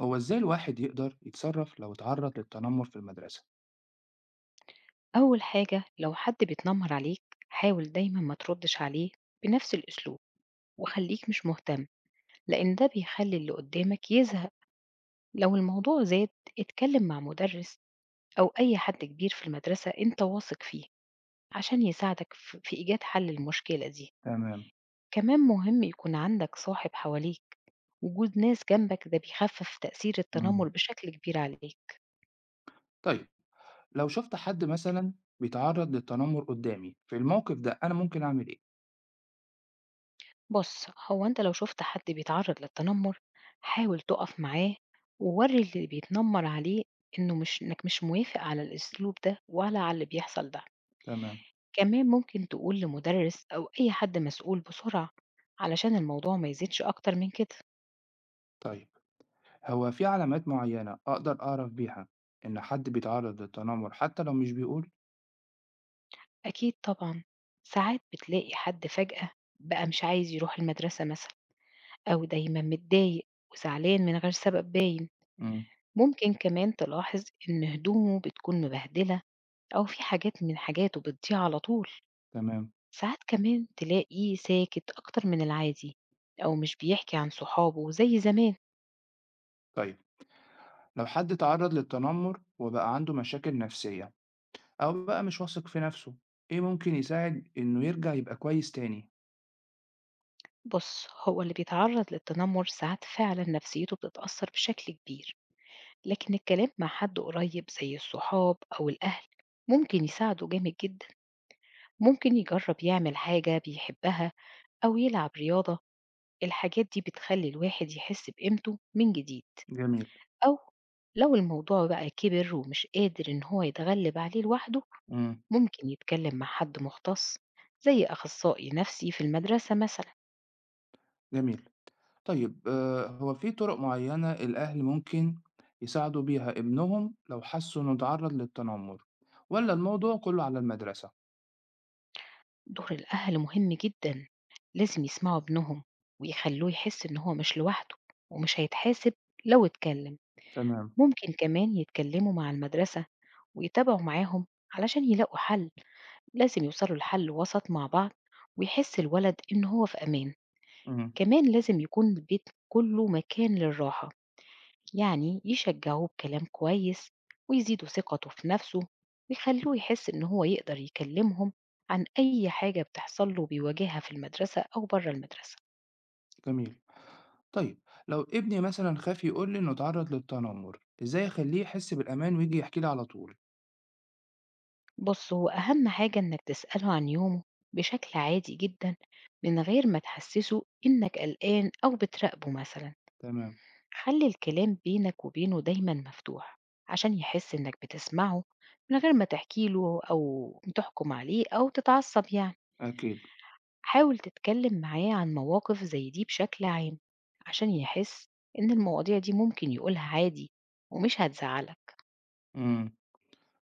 هو إزاي الواحد يقدر يتصرف لو اتعرّض للتنمر في المدرسة؟ أول حاجة لو حد بيتنمر عليك، حاول دايما ما تردش عليه بنفس الأسلوب، وخليك مش مهتم، لأن ده بيخلي اللي قدامك يزهق. لو الموضوع زاد، اتكلم مع مدرس أو أي حد كبير في المدرسة أنت واثق فيه، عشان يساعدك في إيجاد حل المشكلة دي. تمام، كمان مهم يكون عندك صاحب حواليك، وجود ناس جنبك ده بيخفف تأثير إمم. التنمر بشكل كبير عليك. طيب، لو شُفت حد مثلًا بيتعرّض للتنمر قدّامي، في الموقف ده أنا ممكن أعمل إيه؟ بُص، هو أنت لو شُفت حد بيتعرّض للتنمُّر، حاول تُقف معاه وورّي اللي بيتنمّر عليه إنه مش، إنك مش موافق على الأسلوب ده ولا على اللي بيحصل ده. تمام. كمان ممكن تقول لمُدرِّس أو أي حد مسؤول بسرعة، علشان الموضوع ما يزيدش أكتر من كده. طيب، هو في علامات معيّنة أقدر أعرف بيها إن حد بيتعرّض للتنمر حتى لو مش بيقول؟ أكيد طبعًا، ساعات بتلاقي حد فجأة بقى مش عايز يروح المدرسة مثلًا، أو دايمًا متضايق وزعلان من غير سبب باين. إمم. ممكن كمان تلاحظ إن هدومه بتكون مبهدلة، أو في حاجات من حاجاته بتضيع على طول. تمام، ساعات كمان تلاقيه ساكت أكتر من العادي، أو مش بيحكي عن صحابه زي زمان. طيب، لو حد اتعرّض للتنمر وبقى عنده مشاكل نفسية أو بقى مش واثق في نَفْسه، إيه ممكن يساعد إنه يرجع يبقى كويس تاني؟ بص، هو اللي بيتعرض للتنمر ساعات فعلا نفسيته بتتأثر بشكل كبير، لكن الكلام مع حد قريب زي الصحاب أو الأهل ممكن يساعده جامد جدا. ممكن يجرب يعمل حاجة بيحبها أو يلعب رياضة، الحاجات دي بتخلي الواحد يحس بقيمته من جديد. جميل، أو لو الموضوع بقى كبر ومش قادر إن هو يتغلب عليه لوحده، إمم، ممكن يتكلم مع حد مختص زي أخصائي نفسي في المدرسة مثلا. جميل. طيب هو في طُرق معيّنة الأهل ممكن يساعدوا بيها ابنهم لو حسّوا إنه اتعرّض للتنمر والّا الموضوع كُلّه على المدرسة؟ دور الأهل مهم جدا، لازم يسمعوا ابنهم ويخلوه يحس إن هو مش لوحده، ومش هيتحاسب لو اتكلم. تمام، ممكن كمان يتكلموا مع المدرسة ويتابعوا معاهم علشان يلاقوا حل، لازم يوصلوا لحل وسط مع بعض ويحس الولد إن هو في أمان. إمم، كمان لازم يكون البيت كله مكان للراحة، يعني يشجعوه بكلام كويس ويزيدوا ثقته في نفسه، ويخلوه يحس إن هو يقدر يكلمهم عن أي حاجة بتحصل له بيواجهها في المدرسة أو بره المدرسة. جميل. طيب لو ابني مثلًا خاف يقول لي إنه اتعرّض للتنمر، إزاي أخلّيه يحس بالأمان وييجي يحكي لي على طول؟ بص، هو أهم حاجة إنك تسأله عن يومه بشكل عادي جدا، من غير ما تحسسه إنك قلقان أو بتراقبه مثلا. تمام، خلي الكلام بينك وبينه دايما مفتوح، عشان يحس إنك بتسمعه، من غير ما تحكيله أو تحكم عليه أو تتعصب يعني. أكيد، حاول تتكلم معاه عن مواقف زي دي بشكل عام، عشان يحس إن المواضيع دي ممكن يقولها عادي ومش هتزعلك. إمم.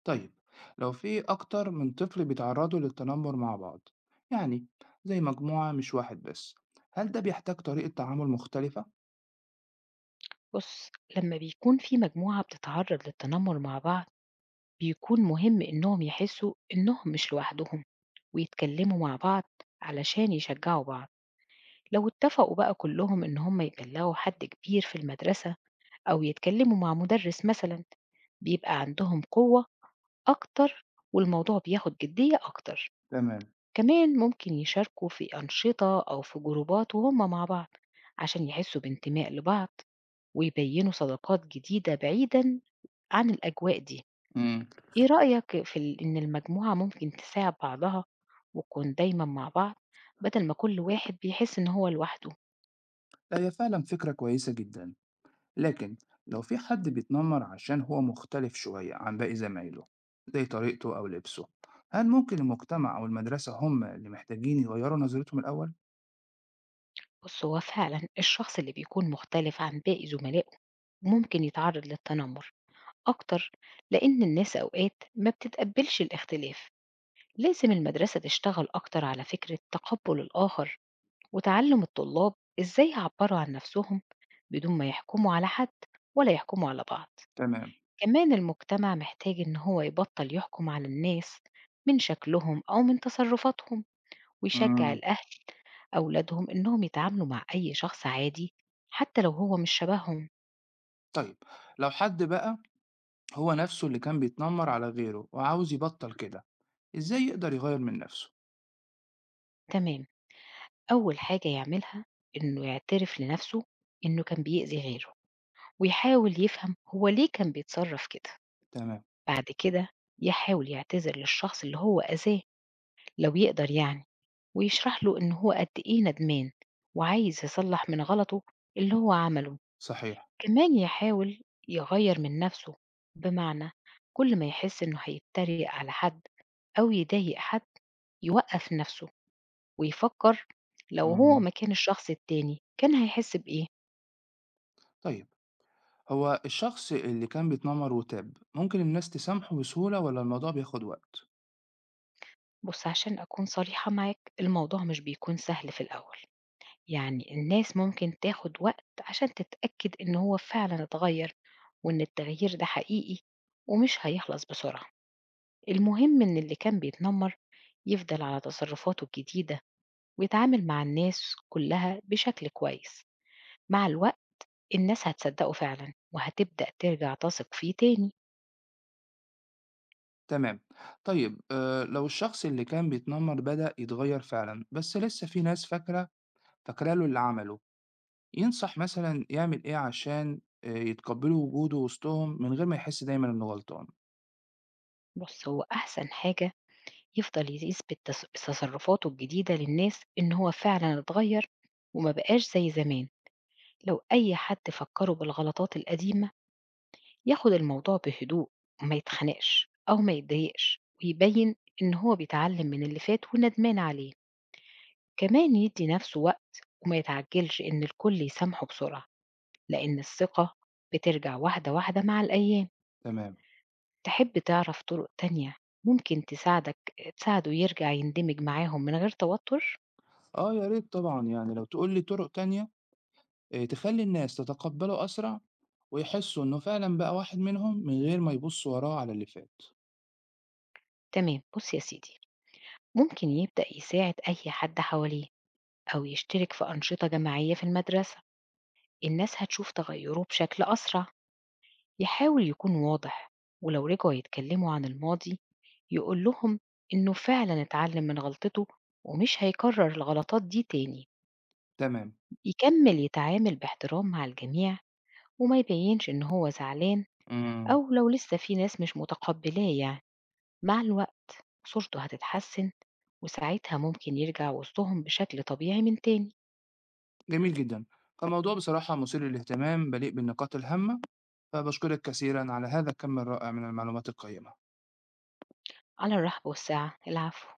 طيب لو في أكتر من طفل بيتعرّضوا للتنمر مع بعض، يعني زي مجموعة مش واحد بس، هل ده بيحتاج طريقة تعامل مختلفة؟ بص، لما بيكون في مجموعة بتتعرض للتنمر مع بعض، بيكون مهم إنهم يحسوا إنهم مش لوحدهم ويتكلموا مع بعض علشان يشجعوا بعض. لو اتفقوا بقى كلهم إن هم يبلغوا حد كبير في المدرسة أو يتكلموا مع مدرس مثلا، بيبقى عندهم قوة أكتر، والموضوع بياخد جدية أكتر. تمام، كمان ممكن يشاركوا في أنشطة أو في جروبات وهم مع بعض، عشان يحسوا بانتماء لبعض ويبينوا صداقات جديدة بعيدا عن الأجواء دي. إمم. إيه رأيك إن المجموعة ممكن تساعد بعضها وتكون دايما مع بعض، بدل ما كل واحد بيحس إن هو لوحده؟ لا، هي فعلا فكرة كويسة جدا، لكن لو في حد بيتنمر عشان هو مختلف شوية عن باقي زمايله، زي طريقته أو لبسه، هل ممكن المجتمع أو المدرسة هم اللي محتاجين يغيروا نظرتهم الأول؟ بص، هو فعلا الشخص اللي بيكون مختلف عن باقي زملائه ممكن يتعرض للتنمر أكتر، لأن الناس أوقات ما بتتقبلش الاختلاف. لازم المدرسة تشتغل أكتر على فكرة تقبل الآخر، وتعلم الطلاب إزاي يعبروا عن نفسهم بدون ما يحكموا على حد ولا يحكموا على بعض. تمام. كمان المجتمع محتاج إن هو يبطل يحكم على الناس من شكلهم أو من تصرفاتهم، ويشجع مم. الأهل أولادهم إنهم يتعاملوا مع أي شخص عادي حتى لو هو مش شبههم. طيب لو حد بقى هو نفسه اللي كان بيتنمر على غيره وعاوز يبطل كده، إزاي يقدر يغير من نفسه؟ تمام، أول حاجة يعملها إنه يعترف لنفسه إنه كان بيأذي غيره، ويحاول يفهم هو ليه كان بيتصرف كده. تمام. بعد كده يحاول يعتذر للشخص اللي هو أذاه لو يقدر يعني، ويشرح له إن هو قد إيه ندمان وعايز يصلح من غلطه اللي هو عمله. صحيح. كمان يحاول يغير من نفسه، بمعنى كل ما يحس إنه هيتريق على حد أو يضايق حد، يوقف نفسه ويفكر لو هو مم. مكان الشخص التاني كان هيحس بإيه. طيب، هو الشخص اللي كان بيتنمر وتاب ممكن الناس تسامحه بسهولة ولا الموضوع بياخد وقت؟ بص، عشان أكون صريحة معاك الموضوع مش بيكون سهل في الأول، يعني الناس ممكن تاخد وقت عشان تتأكد إن هو فعلا اتغير، وإن التغيير ده حقيقي ومش هيخلص بسرعة. المهم إن اللي كان بيتنمر يفضل على تصرفاته الجديدة ويتعامل مع الناس كلها بشكل كويس، مع الوقت الناس هتصدقه فعلا وهتبدأ ترجع تثق فيه تاني. تمام. طيب لو الشخص اللي كان بيتنمر بدأ يتغير فعلا بس لسه في ناس فاكرة له اللي عمله، ينصح مثلا يعمل ايه عشان يتقبلوا وجوده وسطهم من غير ما يحس دايما انه غلطان. بص، هو أحسن حاجة يفضل يثبت تصرفاته الجديدة للناس إن هو فعلا اتغير وما بقاش زي زمان. لو أي حد فكره بالغلطات القديمة، ياخد الموضوع بهدوء وما يتخنقش أو ما يتضايقش، ويبين إن هو بيتعلم من اللي فات وندمان عليه. كمان يدي نفسه وقت وما يتعجلش إن الكل يسامحه بسرعة، لأن الثقة بترجع واحدة واحدة مع الأيام. تمام. تحب تعرف طرق تانية ممكن تساعدك تساعده يرجع يندمج معاهم من غير توتر؟ اه يا ريت طبعا، يعني لو تقول لي طرق تانية تخلي الناس تتقبله أسرع ويحسوا انه فعلا بقى واحد منهم من غير ما يبصوا وراه على اللي فات. تمام، بص يا سيدي، ممكن يبدأ يساعد أي حد حواليه أو يشترك في أنشطة جماعية في المدرسة، الناس هتشوف تغيره بشكل أسرع. يحاول يكون واضح، ولو رجعوا يتكلموا عن الماضي يقول لهم إنه فعلا اتعلم من غلطته ومش هيكرر الغلطات دي تاني. تمام. يكمل يتعامل باحترام مع الجميع وما يبينش إن هو زعلان، مم. أو لو لسه في ناس مش متقبلاه يعني، مع الوقت صورته هتتحسن، وساعتها ممكن يرجع وسطهم بشكل طبيعي من تاني. جميل جدا، فالموضوع بصراحة مثير للاهتمام مليء بالنقاط الهامة، فباشكرِك كثيرًا على هذا الكم الرائع من المعلومات القيّمة. على الرحب والسعة، العفو.